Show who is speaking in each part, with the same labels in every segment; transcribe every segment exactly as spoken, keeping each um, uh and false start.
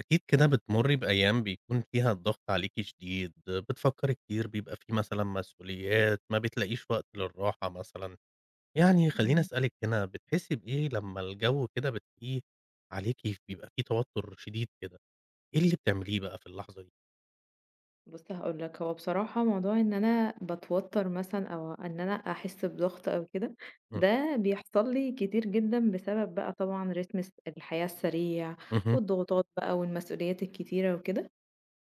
Speaker 1: أكيد كده بتمُرّي بأيام بيكون فيها الضغط عليكِ شديد، بتفكّري كتير، بيبقى في مثلًا مسؤوليات، ما بتلاقيش وقت للراحة مثلًا. يعني خلّيني
Speaker 2: إمم.
Speaker 1: أسألِك هنا، بتحسّي بإيه لمّا الجو كده بتلاقيه عليكِ بيبقى في توتُّر شديد كده؟ إيه اللي بتعمليه بقى في اللحظة دي؟
Speaker 2: بُص هاقول لك، هو بصراحة موضوع إن أنا باتوتّر مثلًا أو إن أنا أحس بضغط أو كده،
Speaker 1: إمم،
Speaker 2: ده بيحصل لي كتير جدًا بسبب بقى طبعًا رتم الس الحياة السريع
Speaker 1: اهم،
Speaker 2: والضغوطات بقى والمسؤوليات الكتيرة وكده.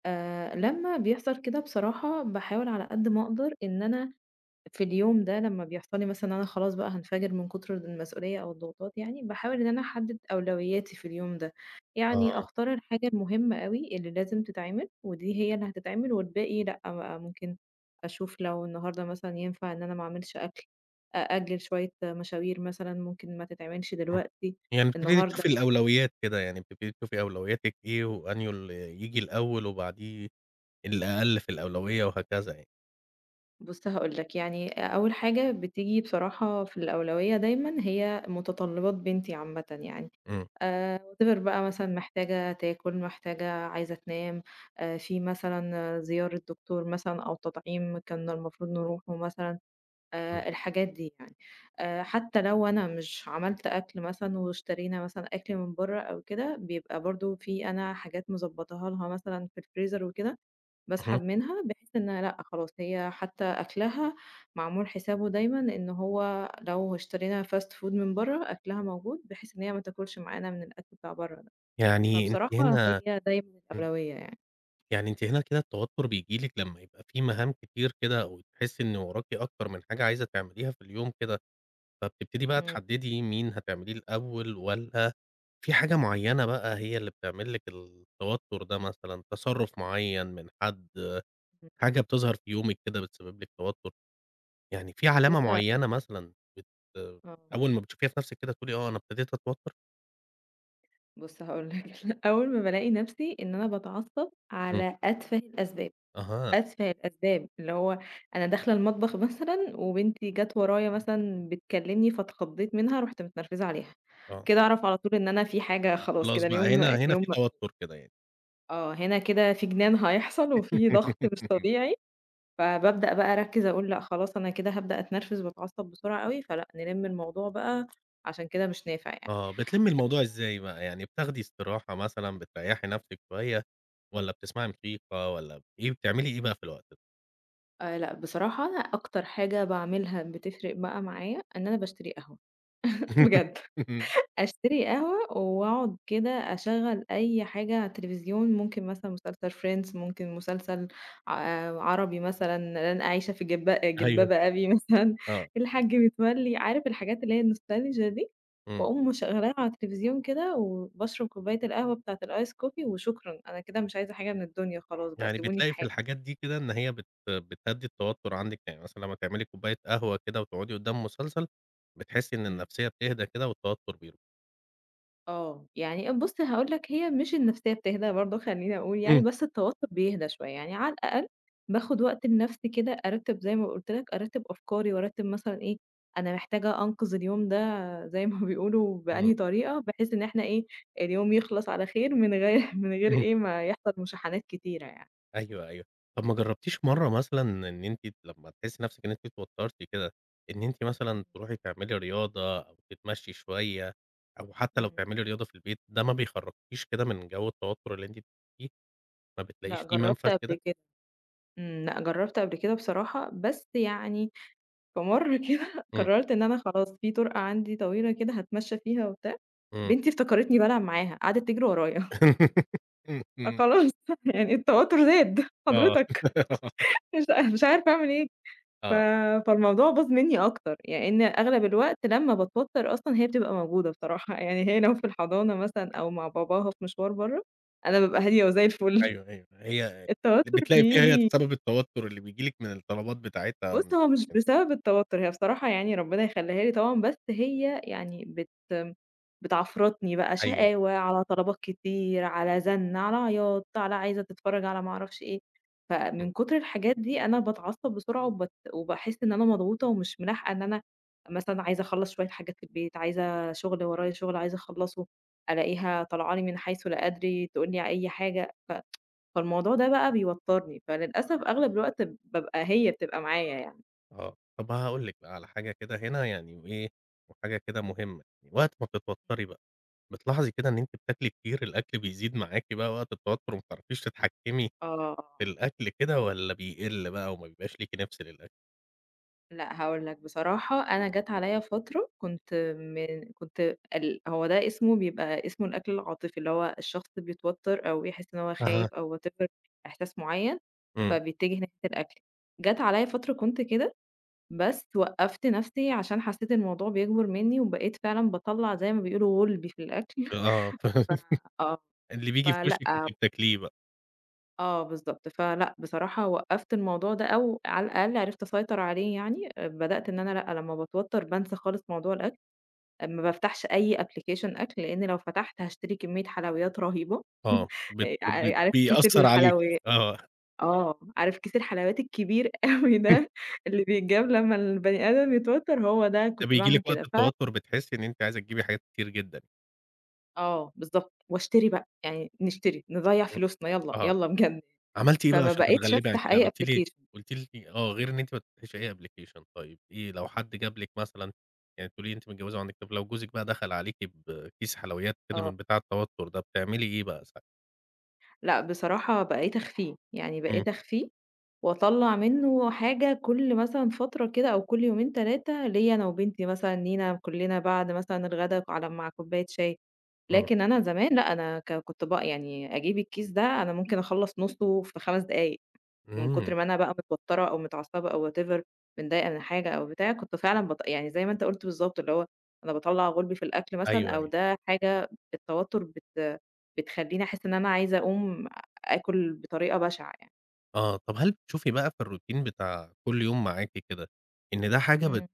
Speaker 2: آآ لمّا بيحصل كده بصراحة باحاول على قد ما أقدر إن أنا في اليوم ده لمّا بيحصل لي مثلًا إن أنا خلاص بقى هانفجر من كتر المسؤولية أو الضغوطات يعني، باحاول إن أنا أحدد أولوياتي في اليوم ده، يعني
Speaker 1: آه،
Speaker 2: أختار الحاجة المهمة أوي اللي لازم تتعمل، ودي هي اللي هتتعمل والباقي لأ بقى ممكن أشوف لو النهارده مثلًا ينفع إن أنا ما أعملش أكل، أأجل شوية مشاوير مثلًا ممكن ما تتعملش
Speaker 1: إمم.
Speaker 2: دلوقتي،
Speaker 1: يعني بتبتدي
Speaker 2: النهارده
Speaker 1: تشوفي
Speaker 2: يعني.
Speaker 1: الأولويات كده، يعني بتبتدي تشوفي أولوياتِك إيه وأنهي اللي ييجي الأول وبعديه الأقل في الأولوية وهكذا يعني.
Speaker 2: بُص هاقول لك، يعني أول حاجة بتيجي بصراحة في الأولوية دايمًا هي متطلبات بنتي عامةً يعني.
Speaker 1: إمم،
Speaker 2: آآ whatever بقى مثلًا محتاجة تاكل، محتاجة عايزة تنام، آآ في مثلًا زيارة دكتور مثلًا أو تطعيم كان المفروض نروحه مثلًا،
Speaker 1: إمم،
Speaker 2: آآ الحاجات دي يعني. آآ حتى لو أنا مش عملت أكل مثلًا واشترينا مثلًا أكل من برّه أو كده، بيبقى برضه في أنا حاجات مضبطاها لها مثلًا في الفريزر وكده، باسحب
Speaker 1: اهم.
Speaker 2: منها بحيث إن لأ خلاص هي حتى أكلها معمول حسابه دايمًا إن هو لو اشترينا fast food من برّه أكلها موجود، بحيث إن هي ما تاكلش معانا من الأكل بتاع برّه ده،
Speaker 1: يعني أنتِ
Speaker 2: فبصراحة
Speaker 1: هنا
Speaker 2: هي دايمًا الأولوية يعني.
Speaker 1: يعني أنتِ هنا كده التوتر بييجي لِك لمّا يبقى في مهام كتير كده أو تحسّي إن وراكِ أكتر من حاجة عايزة تعمليها في اليوم كده، فبتبتدي بقى
Speaker 2: إمم،
Speaker 1: تحدّدي مين هتعمليه الأول والّا في حاجة معيّنة بقى هي اللي بتعمل لِك التوتر ده مثلًا، تصرُّف معيّن من حد،
Speaker 2: إمم.
Speaker 1: حاجة بتظهر في يومِك كده بتسبب لِك توتر، يعني في علامة
Speaker 2: بُص
Speaker 1: معيّنة مثلًا بت
Speaker 2: آه،
Speaker 1: أول ما بتشوفيها في نَفْسِك كده تقولي آه أنا ابتديت أتوتر؟
Speaker 2: بُص هاقول لك أول ما بالاقي نفسي إن أنا باتعصب
Speaker 1: إمم،
Speaker 2: على أتفه الأسباب.
Speaker 1: أها،
Speaker 2: أسفة الأسباب، اللي هو أنا داخلة المطبخ مثلًا وبنتي جات ورايا مثلًا بتكلمني فاتخضيت منها، رُحت متنرفزة عليها،
Speaker 1: آه،
Speaker 2: كده أعرف على طول إن أنا في حاجة خلاص
Speaker 1: خلاص
Speaker 2: كده
Speaker 1: بقى
Speaker 2: اليوم
Speaker 1: هنا هنا
Speaker 2: اليوم
Speaker 1: في توتر كده يعني.
Speaker 2: آه، هنا كده في جنان هيحصل وفي ضغط مش طبيعي، فبابدأ بقى أركّز أقول لأ خلاص أنا كده هابدأ أتنرفز وأتعصب بسرعة أوي، فلأ نلم الموضوع بقى عشان كده مش نافع يعني.
Speaker 1: آه، بتلمّي الموضوع إزاي بقى، يعني بتاخدي استراحة مثلًا، بتريّحي نَفْسِك شوية والّا بتسمعي موسيقى والّا إيه بتعملي إيه بقى في الوقت ده؟
Speaker 2: آآ لأ، بصراحة أنا أكتر حاجة باعملها بتفرق بقى معايا إن أنا باشتري قهوة، بجد.
Speaker 1: اهم،
Speaker 2: أشتري قهوة وأقعد كده أشغّل أي حاجة على التليفزيون، ممكن مثلًا مسلسل Friends ممكن مسلسل ع عربي مثلًا لن أعيش في جب
Speaker 1: أيوه،
Speaker 2: جلباب أبي مثلًا،
Speaker 1: آه،
Speaker 2: الحاج متولي، عارف الحاجات اللي هي النوستالجيا دي،
Speaker 1: إمم.
Speaker 2: وأقوم مشغّلاها على التلفزيون كده وباشرب كوباية القهوة بتاعة الice coffee وشكرًا، أنا كده مش عايزة حاجة من الدنيا خلاص بقى
Speaker 1: يعني
Speaker 2: سيبوني في
Speaker 1: بتلاقي في
Speaker 2: حالي.
Speaker 1: الحاجات دي كده إن هي بت بتهدّي التوتُّر عندِك، يعني مثلًا لمّا تعملي كوباية قهوة كده وتقعدي قُدّام مسلسل، بتحسّي إن
Speaker 2: إمم.
Speaker 1: النفسية بتهدى كده والتوتُّر بيروح.
Speaker 2: آه، يعني بُص هاقول لك هي مش النفسية بتهدى برضه خلّيني أقول يعني،
Speaker 1: إمم.
Speaker 2: بس التوتر بيهدى شوية، يعني على الأقل باخد وقت لنفسي كده أرتّب زي ما قُلت لك، أرتّب أفكاري وأرتّب مثلًا إيه، أنا محتاجة أنقذ اليوم ده زي ما بيقولوا بأنهي طريقة، بحيث إن إحنا إيه، اليوم يخلص على خير من غير من غير
Speaker 1: إمم.
Speaker 2: إيه، ما يحصل مشاحنات كتيرة يعني.
Speaker 1: أيوه، أيوه. طب ما جرّبتيش مرّة مثلًا إن أنتِ لمّا تحسّي نَفْسِك إن أنتِ اتوتّرتِ كده، إن أنتِ
Speaker 2: إمم،
Speaker 1: مثلًا تروحي تعملي رياضة أو تتمشّي شوية أو حتّى
Speaker 2: إمم،
Speaker 1: لو
Speaker 2: إمم.
Speaker 1: تعملي رياضة في البيت، ده ما بيخرّجكيش كده من جو التوتُّر اللي أنتِ بتبقي فيه، ما بتلاقيش
Speaker 2: لأ
Speaker 1: فيه
Speaker 2: جرّبت
Speaker 1: منفَذ كده؟
Speaker 2: قبل كده، إمم، لأ جرّبت قبل كده بصراحة، بس يعني فمَرّة كده
Speaker 1: إمم،
Speaker 2: قررت إن أنا خلاص في طرقة عندي طويلة كده هاتمشى فيها وبتاع،
Speaker 1: إمم.
Speaker 2: بنتي افتكرتني بالعب معاها قعدت تجري ورايا،
Speaker 1: إمم، إمم.
Speaker 2: فخلاص يعني التوتر زاد
Speaker 1: آه.
Speaker 2: حضرتك مش مش عارفة أعمل إيه، ف
Speaker 1: آه.
Speaker 2: فالموضوع باظ مني أكتر، يعني إن أغلب الوقت لمّا باتوتر أصلًا هي بتبقى موجودة بصراحة، يعني هي لو في الحضانة مثلًا أو مع باباها في مشوار برّه، أنا بابقى هادية وزي الفل،
Speaker 1: أيوه، أيوه. هي
Speaker 2: التوتر
Speaker 1: بتلاقي فيها هي
Speaker 2: بييجي
Speaker 1: سبب التوتُّر اللي بييجي لِك من الطلبات بتاعتها أو
Speaker 2: بُص،
Speaker 1: من
Speaker 2: هو مش
Speaker 1: كده.
Speaker 2: بسبب التوتر، هي بصراحة يعني ربنا يخلّيها لي طبعًا، بس هي يعني بت بتعفرطني بقى،
Speaker 1: أيوه.
Speaker 2: شقاوة، على طلبات كتير، على زن، على عياط، على عايزة تتفرج على ما أعرفش إيه،
Speaker 1: إمم.
Speaker 2: فمن كتر الحاجات دي أنا باتعصب بسرعة وبت وباحس إن أنا مضغوطة ومش ملاحقة إن أنا مثلًا عايزة أخلّص شوية حاجات في البيت، عايزة شغل ورايا شغل عايزة أخلّصه، ألاقيها طالعة لي من حيث لا أدري، تقول لي أي حاجة، ف فالموضوع ده بقى بيوترني، فللأسف أغلب الوقت بابقى هي بتبقى معايا يعني.
Speaker 1: آه، طب هاقول لِك بقى على حاجة كده هنا يعني وإيه، وحاجة كده مهمة، يعني. وقت ما بتتوتري بقى، بتلاحظي كده إن أنتِ بتاكلي كتير، الأكل بيزيد معاكِ بقى وقت التوتر وما بتعرفيش تتحكمي
Speaker 2: آه،
Speaker 1: في الأكل كده والّا بيقل بقى وما بيبقاش ليكِ نِفْس للأكل؟
Speaker 2: لأ هاقول لك بصراحة أنا جات عليَّ فترة كنت من كنت ال هو ده اسمه بيبقى اسمه الأكل العاطفي، اللي هو الشخص بيتوتر أو يحس إن هو
Speaker 1: أها.
Speaker 2: خايف أو whatever إحساس معين،
Speaker 1: إمم،
Speaker 2: فبيتجه ناحية الأكل. جات عليَّ فترة كنت كده، بس وقّفت نفسي عشان حسيت الموضوع بيكبر مني، وبقيت فعلًا باطلّع زي ما بيقولوا غُلبي في الأكل،
Speaker 1: آه،
Speaker 2: ف
Speaker 1: ف
Speaker 2: آه،
Speaker 1: اللي بييجي في
Speaker 2: فلأ
Speaker 1: وشِك كنتِ بتاكليه بقى،
Speaker 2: آه بالضبط، فلأ بصراحة وقّفت الموضوع ده أو على الأقل عرفت أسيطر عليه يعني، آآ بدأت إن أنا لأ، لمّا باتوتّر بانسى خالص موضوع الأكل، آه، ما بافتحش أي application أكل، لإن لو فتحت هاشتري كمية حلويات رهيبة
Speaker 1: آه، بت
Speaker 2: آآ
Speaker 1: ب
Speaker 2: ع عارف كيس
Speaker 1: بيأثّر عليكِ،
Speaker 2: الحلويات
Speaker 1: آه،
Speaker 2: آه، عارف كيس الحلويات الكبير أوي ده اللي بيتجاب لمّا البني آدم يتوتّر، هو ده
Speaker 1: ده
Speaker 2: كنت
Speaker 1: بييجي
Speaker 2: باعمل
Speaker 1: لِك
Speaker 2: كده،
Speaker 1: وقت
Speaker 2: ف
Speaker 1: التوتر بتحسّي إن أنتِ عايزة تجيبي حاجات كتير جدًا،
Speaker 2: آه بالضبط، واشتري بقى، يعني نشتري، نضيّع
Speaker 1: إمم.
Speaker 2: فلوسنا يالّا،
Speaker 1: آه.
Speaker 2: يالّا بجد،
Speaker 1: عملتِ إيه بقى
Speaker 2: فما
Speaker 1: عشان
Speaker 2: بقيتش
Speaker 1: تتغلبي عن
Speaker 2: أفتح
Speaker 1: كده؟
Speaker 2: أي
Speaker 1: قلتِ لي
Speaker 2: application.
Speaker 1: قلتِ لي آه، غير
Speaker 2: إمم،
Speaker 1: إن أنتِ ما تفتحيش أي application طيب إيه لو حد جاب لِك مثلًا يعني بتقولي لي أنتِ متجوزة وعندِك طفل، لو جوزِك بقى دخل عليكِ بكيس حلويات كده
Speaker 2: آه.
Speaker 1: من بتاع التوتر ده، بتعملي إيه بقى ساعتها؟
Speaker 2: لأ، بصراحة بقيت أخفيه، يعني
Speaker 1: إمم،
Speaker 2: بقيت أخفيه وأطلّع منّه حاجة كل مثلًا فترة كده أو كل يومين تلاتة ليّا أنا وبنتي مثلًا، لينا كُلّنا بعد مثلًا الغدا على مع كوباية شاي،
Speaker 1: إمم،
Speaker 2: لكن أنا زمان لأ، أنا ك كنت بقى يعني أجيب الكيس ده أنا ممكن أخلّص نُصّه في خمس دقايق. من كتر
Speaker 1: إمم،
Speaker 2: ما أنا بقى متوتّرة أو متعصبة أو whatever متضايقة من حاجة أو بتاع، كنت فعلًا بط يعني زي ما أنت قُلت بالضبط، اللي هو أنا باطلّع غُلبي في الأكل مثلًا
Speaker 1: أيوه،
Speaker 2: أو
Speaker 1: أيوه،
Speaker 2: ده حاجة التوتّر بت بتخلّيني أحس إن أنا عايزة أقوم آكُل بطريقة بشعة يعني.
Speaker 1: آه، طب هل بتشوفي بقى في الروتين بتاع كل يوم معاكِ كده إن ده حاجة بت
Speaker 2: إمم.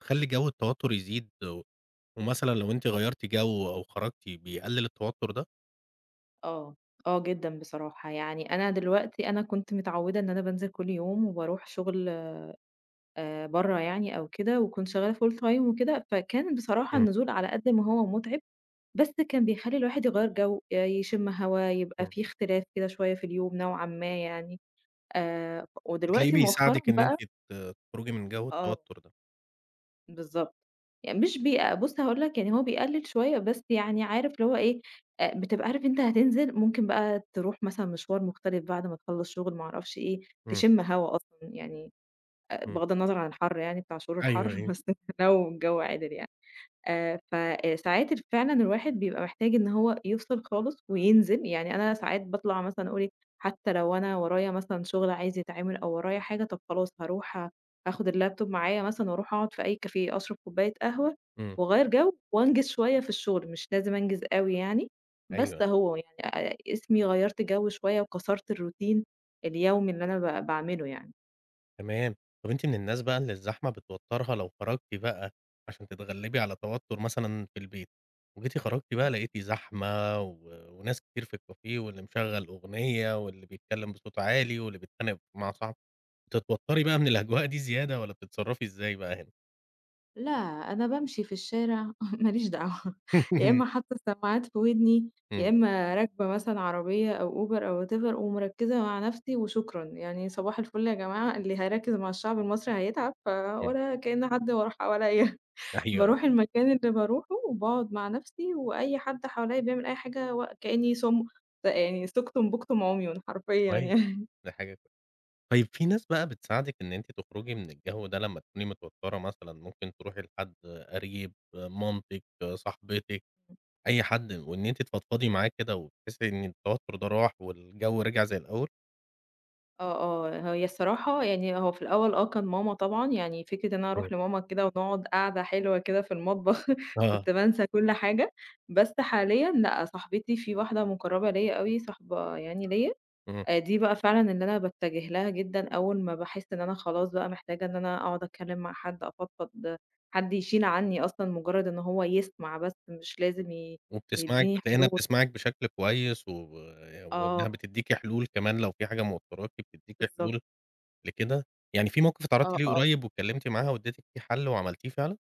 Speaker 1: بتخلّي جو التوتر يزيد و ومثلًا لو أنتِ غيّرتِ جو أو خرجتِ بيقلل التوتر ده؟
Speaker 2: آه، آه جدًا بصراحة، يعني أنا دلوقتي أنا كنت متعوّدة إن أنا بانزل كل يوم وباروح شغل آآ برّه يعني أو كده وكنت شغّالة full time وكده، فكان بصراحة
Speaker 1: إمم،
Speaker 2: النزول على قد ما هو مُتعب بس كان بيخلّي الواحد يغيّر جو، آآ يشم هوا، يبقى
Speaker 1: إمم،
Speaker 2: في اختلاف كده شوية في اليوم نوعًا ما يعني، آآ
Speaker 1: بتلاقيه
Speaker 2: ودلوقتي مؤخرًا
Speaker 1: بيساعدِك إن أنتِ
Speaker 2: بقى
Speaker 1: ت تخرجي من جو
Speaker 2: آه،
Speaker 1: التوتر ده؟
Speaker 2: بالضبط. يعني مش بي بُص هاقول لك يعني هو بيقلل شوية، بس يعني عارف اللي هو إيه، آآ بتبقى عارف أنت هتنزل ممكن بقى تروح مثلًا مشوار مختلف بعد ما تخلّص شغل ما أعرفش إيه،
Speaker 1: إمم،
Speaker 2: تشم هوا أصلًا يعني، آآ
Speaker 1: إمم،
Speaker 2: بغض النظر عن الحر يعني بتاع شهور الحر،
Speaker 1: أيوه، أيوه،
Speaker 2: بس لو الجو عِدِل يعني. آآ ف آآ ساعات ال فعلًا الواحد بيبقى محتاج إن هو يفصل خالص وينزل، يعني أنا ساعات باطلع مثلًا أقول إيه، حتى لو أنا ورايا مثلًا شغل عايز يتعمل أو ورايا حاجة، طب خلاص هاروح آخد اللابتوب معايا مثلًا وأروح أقعد في أي كافيه، أشرب كوباية قهوة
Speaker 1: إمم،
Speaker 2: وأغيّر جو وأنجز شوية في الشغل، مش لازم أنجز أوي يعني، بس
Speaker 1: أيوه،
Speaker 2: أهو يعني آآ اسمي غيّرت جو شوية وكسرت الروتين اليومي اللي أنا ب باعمله يعني.
Speaker 1: تمام. طَب أنتِ من الناس بقى اللي الزحمة بتوتّرها لو خرجتِ بقى عشان تتغلّبي على توتُّر مثلًا في البيت، وجيتِ خرجتِ بقى
Speaker 2: إمم.
Speaker 1: لقيتِ زحمة و وناس كتير في الكافيه واللي مشغّل أغنية واللي بيتكلّم بصوت عالي واللي بيتخانق مع صاحبه، بتتوتّري بقى من الأجواء دي زيادة والّا بتتصرّفي إزاي بقى هنا؟
Speaker 2: لا، أنا بامشي في الشارع ما ليش دعوة، يا إمّا حاطة السماعات في ودني، يا
Speaker 1: إمم،
Speaker 2: إمّا راكبة مثلًا عربية أو Uber أو whatever ومركّزة مع نفسي وشكرًا، يعني صباح الفل يا جماعة اللي هيركّز مع الشعب المصري هيتعب، ف
Speaker 1: إمم،
Speaker 2: ولا كأن حد وراه حواليّا،
Speaker 1: أيوه، أيوه،
Speaker 2: باروح المكان اللي باروحه وباقعد مع نفسي وأي حد حواليّا بيعمل أي حاجة و كأني صم يعني سُكتُم بُكتُم عميٌ حرفيًا
Speaker 1: كويس،
Speaker 2: يعني.
Speaker 1: دي حاجة طيب في ناس بقى بتساعدِك إن أنتِ تخرجي من الجو ده لمّا تكوني متوترة مثلًا، ممكن تروحي لحد قريب، مامتِك، صاحبتِك، أي حد، وإن أنتِ تفضفضي معاه كده وتحسي إن التوتر ده راح والجو رجع زي الأول؟
Speaker 2: آه، آه، هي الصراحة يعني هو في الأول آه، كان ماما طبعًا، يعني فكرة إن أنا
Speaker 1: إمم.
Speaker 2: أروح لماما كده ونقعد قعدة حلوة كده في المطبخ
Speaker 1: آه،
Speaker 2: كنت بانسى كل حاجة، بس حاليًا لأ، صاحبتي في واحدة مُقرّبة ليّا أوي، صاحبة يعني ليّا،
Speaker 1: إمم،
Speaker 2: آآ، دي بقى فعلًا اللي أنا باتجه لها جدًا أول ما باحس إن أنا خلاص بقى محتاجة إن أنا أقعد أتكلم مع حد، أفضفض، حد يشيل عني أصلًا مجرد إن هو يسمع بس مش لازم ي
Speaker 1: وبتسمعِك
Speaker 2: يدّيني
Speaker 1: بتلاقي إنها
Speaker 2: حلول.
Speaker 1: بتسمعِك بشكل كويس، و وإنها
Speaker 2: آه،
Speaker 1: بتدّيكِ حلول كمان لو في حاجة موتراكِ بتدّيكِ
Speaker 2: بالضبط،
Speaker 1: حلول لكده، يعني في موقف اتعرضتِ
Speaker 2: آه،
Speaker 1: ليه
Speaker 2: آه.
Speaker 1: قريب واتكلمتِ معاها واديتِك فيه حل وعملتيه فعلًا؟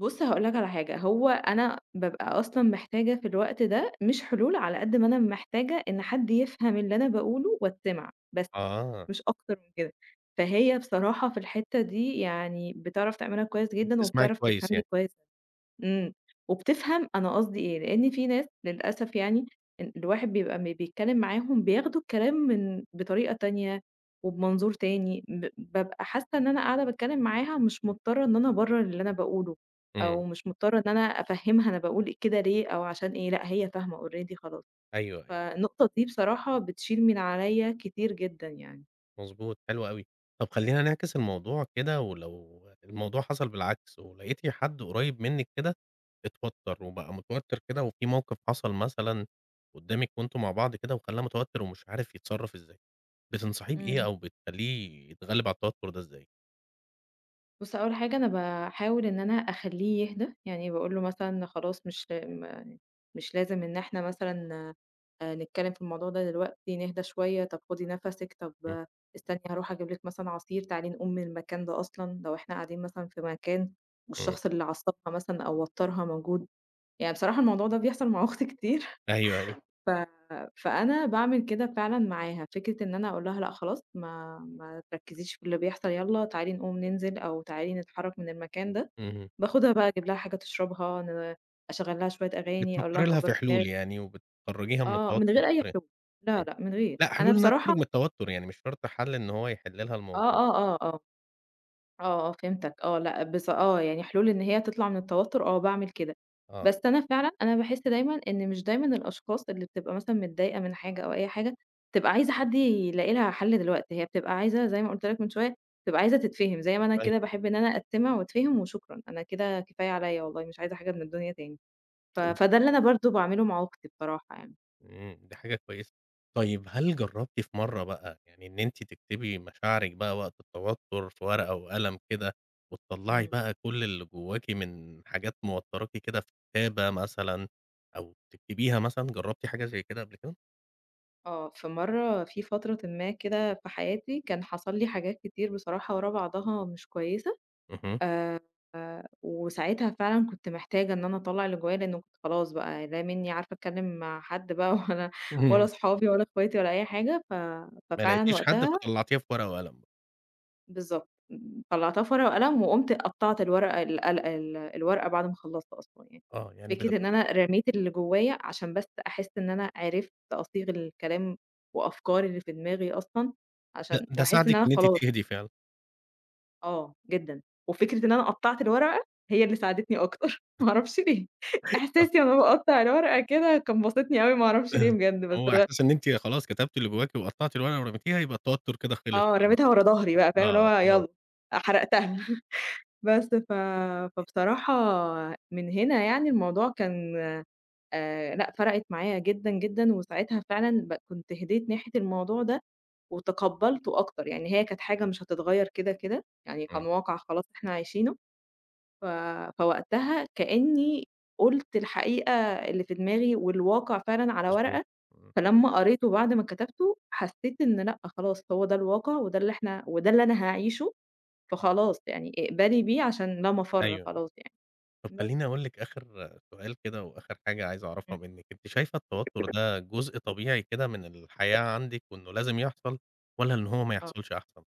Speaker 2: بُص هاقول لك على حاجة، هو أنا بابقى أصلًا محتاجة في الوقت ده مش حلول على قد ما أنا محتاجة إن حد يفهم اللي أنا باقوله واتسمع، بس
Speaker 1: آه،
Speaker 2: مش أكتر من كده. فهي بصراحة في الحتة دي يعني بتعرف تعملها كويس جدًا
Speaker 1: بتسمعِك
Speaker 2: وبتعرف
Speaker 1: كويس
Speaker 2: تفهمني
Speaker 1: يعني،
Speaker 2: كويس إمم، وبتفهم أنا قصدي إيه، لإن في ناس للأسف يعني ال الواحد بيبقى أمّا بيتكلم معاهم بياخدوا الكلام من بطريقة تانية وبمنظور تاني، ب بابقى حاسة إن أنا قاعدة باتكلم معاها مش مضطرة إن أنا أبرر اللي أنا باقوله، أو
Speaker 1: إمم،
Speaker 2: مش مضطرة إن أنا أفهمها أنا باقول كده ليه أو عشان إيه، لأ هي فاهمة already خلاص،
Speaker 1: أيوه، أيوه.
Speaker 2: فالنقطة دي بصراحة بتشيل من عليَّ كتير جدًا يعني.
Speaker 1: مضبوط، حلو أوي. طب خلّينا نعكس الموضوع كده، ولو الموضوع حصل بالعكس ولقيتِ حد قريب منِّك كده اتوتّر وبقى متوتّر كده وفي موقف حصل مثلًا قدّامِك وأنتم مع بعض كده وخلّاه متوتّر ومش عارف يتصرّف إزاي، بتنصحيه بإيه
Speaker 2: إمم.
Speaker 1: أو بتخلّيه يتغلّب على التوتّر ده إزاي؟
Speaker 2: بُص، أول حاجة أنا باحاول إن أنا أخلّيه يهدى، يعني باقول له مثلًا خلاص مش م مش لازم إن إحنا مثلًا آآ نتكلم في الموضوع ده دلوقتي، نهدى شوية، طب خدي نَفَسِك، طب
Speaker 1: إمم،
Speaker 2: آه، استني هاروح أجيب لِك مثلًا عصير، تعالي نقوم من المكان ده أصلًا، لو إحنا قاعدين مثلًا في مكان
Speaker 1: إمم.
Speaker 2: والشخص اللي عصّبها مثلًا أو وتّرها موجود، يعني بصراحة الموضوع ده بيحصل مع أختي كتير
Speaker 1: أيوه، أيوه.
Speaker 2: ف فأنا باعمل كده فعلًا معاها، فكرة إن أنا أقول لها لأ خلاص ما ما تركّزيش في اللي بيحصل يالّا تعالي نقوم ننزل أو تعالي نتحرّك من المكان ده،
Speaker 1: اهم.
Speaker 2: باخدها بقى أجيب لها حاجة تشربها، ن أشغّل لها شوية أغاني، أقول لها
Speaker 1: بتفكّري لها
Speaker 2: كبّري
Speaker 1: في حلول
Speaker 2: دماغِك
Speaker 1: يعني وبتخرّجيها من
Speaker 2: آه،
Speaker 1: التوتّر
Speaker 2: من غير أي
Speaker 1: بالطريقة
Speaker 2: حلول، لا،
Speaker 1: إمم.
Speaker 2: لأ من غير،
Speaker 1: لأ،
Speaker 2: أنا
Speaker 1: حلول إنها تخرج
Speaker 2: بصراحة
Speaker 1: من التوتّر، يعني مش شرط حَل إن هو يحِل لها
Speaker 2: آه،
Speaker 1: الموضوع.
Speaker 2: آه، آه، آه. آه، آه، فهمتك آه، لأ بص آه، يعني حلول إن هي تطلع من التوتر آه، باعمل كده.
Speaker 1: آه.
Speaker 2: بس أنا فعلًا أنا باحس دايمًا إن مش دايمًا الأشخاص اللي بتبقى مثلًا متضايقة من حاجة أو أي حاجة، بتبقى عايزة حد يلاقي لها حل دلوقتي، هي بتبقى عايزة زي ما قُلت لك من شوية، بتبقى عايزة تتفهم، زي ما أنا
Speaker 1: أيوه.
Speaker 2: كده باحب إن أنا أتسمع وأتفهم وشكرًا، أنا كده كفاية عليّا والله مش عايزة حاجة من الدنيا تاني. ف فده اللي أنا برضه باعمله مع أختي بصراحة يعني.
Speaker 1: إمم، دي حاجة كويسة. طيب هل جرّبتِ في مرّة بقى يعني إن أنتِ تكتبي مشاعرِك بقى وقت التوتر في ورقة وقلم كده، وتطلّعي
Speaker 2: إمم،
Speaker 1: بقى كل اللي جواكِ من حاجات موتّراكِ كده في كتابة مثلًا أو تكتبيها مثلًا، جرّبتِ حاجة زي كده قبل كده؟
Speaker 2: آه، في مرّة في فترةٍ ما كده في حياتي، كان حصل لي حاجات كتير بصراحة ورا بعضها مش كويسة.
Speaker 1: اهم،
Speaker 2: آآ وساعتها فعلًا كنت محتاجة إن أنا أطلّع اللي جوايا، لإن كنت خلاص بقى لا منّي عارفة أتكلّم مع حد بقى ولا
Speaker 1: اهم،
Speaker 2: ولا صحابي ولا اخواتي ولا أي حاجة، ف
Speaker 1: ما
Speaker 2: ففعلًا
Speaker 1: لقيتيش حد
Speaker 2: وقتها
Speaker 1: فطلّعتيها في ورقة وقلم. بقى.
Speaker 2: بالضبط، م طلّعتها في ورقة وقلم وقُمت قطّعت الورقة ال ال ال الورقة بعد ما خلّصت أصلًا يعني.
Speaker 1: آه، يعني
Speaker 2: فكرة إن
Speaker 1: بتبقى
Speaker 2: أنا رميت اللي جوايا عشان بس أحس إن أنا عرفت أصيغ الكلام وأفكاري اللي في دماغي أصلًا،
Speaker 1: ده
Speaker 2: عشان
Speaker 1: ده
Speaker 2: وأحس إن
Speaker 1: ساعدِك
Speaker 2: أنا
Speaker 1: إن أنتِ
Speaker 2: خلاص
Speaker 1: تهدي فعلًا.
Speaker 2: آه، جدًا، وفكرة إن أنا قطّعت الورقة هي اللي ساعدتني أكتر، ما أعرفش ليه،
Speaker 1: آه،
Speaker 2: إحساسي وأنا باقطّع الورقة كده كان باسطني أوي ما أعرفش ليه بجد، بس
Speaker 1: هو
Speaker 2: الغ
Speaker 1: إحساس إن أنتِ خلاص كتبتِ اللي جواكِ وقطّعتِ الورقة ورميتيها، يبقى التوتر كده خلص
Speaker 2: آه،
Speaker 1: خلاص.
Speaker 2: رميتها ورا ضهري بقى فاهم، اللي هو
Speaker 1: آه، خلاص،
Speaker 2: يالّا حرقتها بس ف فبصراحة من هنا يعني الموضوع كان آآ، لأ فرقِت معايا جدًا، جدًا، وساعتها فعلًا ب كنت هديت ناحية الموضوع ده وتقبّلته أكتر، يعني هي كانت حاجة مش هتتغيّر كده، كده، يعني
Speaker 1: إمم،
Speaker 2: كان واقع خلاص إحنا عايشينه. ف فوقتها كإنّي قُلت الحقيقة اللي في دماغي والواقع فعلًا على
Speaker 1: مضبوط.
Speaker 2: ورقة،
Speaker 1: إمم.
Speaker 2: فلمّا قريته بعد ما كتبته حسّيت إن لأ خلاص هو ده الواقع وده اللي إحنا وده اللي أنا هاعيشه، فخلاص يعني اقبلي بيه عشان لا مَفَر
Speaker 1: أيوه، أيوه.
Speaker 2: خلاص يعني.
Speaker 1: طب خلّيني
Speaker 2: بس.
Speaker 1: أقول لِك آخر سؤال كده وآخر حاجة عايز أعرفها
Speaker 2: إمم.
Speaker 1: منِّك، أنتِ شايفة التوتُّر ده جزء طبيعي كده من الحياة عندِك وإنه لازم يحصل والّا إن هو ما
Speaker 2: آه.
Speaker 1: يحصلش أحسن؟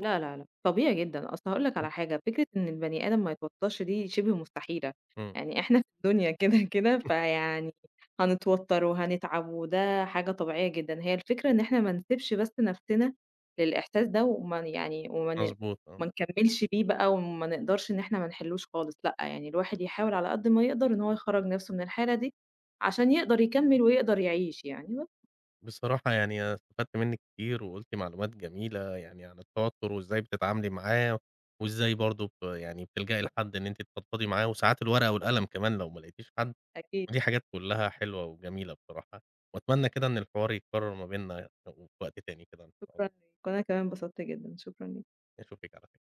Speaker 2: لا، لا، لأ، طبيعي جدًا، أصل هاقول لك
Speaker 1: إمم،
Speaker 2: على حاجة، فكرة إن البني آدم ما يتوتّرش دي شِبه مستحيلة،
Speaker 1: إمم.
Speaker 2: يعني إحنا في الدنيا كده، كده، فيعني هنتوتّر وهنتعب وده حاجة طبيعية جدًا، هي الفكرة إن إحنا ما نسيبش بس نَفْسنا للإحساس ده وما ن يعني وما ن
Speaker 1: مضبوط
Speaker 2: ما
Speaker 1: آه.
Speaker 2: نكمّلش بيه بقى وما نقدرش إن إحنا ما نحلّوش خالص لأ، يعني الواحد يحاول على قد ما يقدر إن هو يخرّج نَفْسه من الحالة دي عشان يقدر يكمّل ويقدر يعيش يعني بس،
Speaker 1: بصراحة يعني أنا استفدت منِّك كتير وقُلتِ معلومات جميلة يعني عن التوتُّر وإزاي بتتعاملي معاه وإزاي برضه ب يعني بتلجئي لحد إن أنتِ تفضفضي معاه وساعات الورقة والقلم كمان لو ما لقيتيش حد،
Speaker 2: أكيد،
Speaker 1: ودي حاجات كُلّها حلوة وجميلة بصراحة وأتمنى كده إن الحوار يتكرر ما بيننا في وقت تاني كده إن شاء
Speaker 2: شكرًا
Speaker 1: الله.
Speaker 2: ليك وأنا كمان انبسطت جدًا، شكرًا ليك.
Speaker 1: أشوفِك على خير.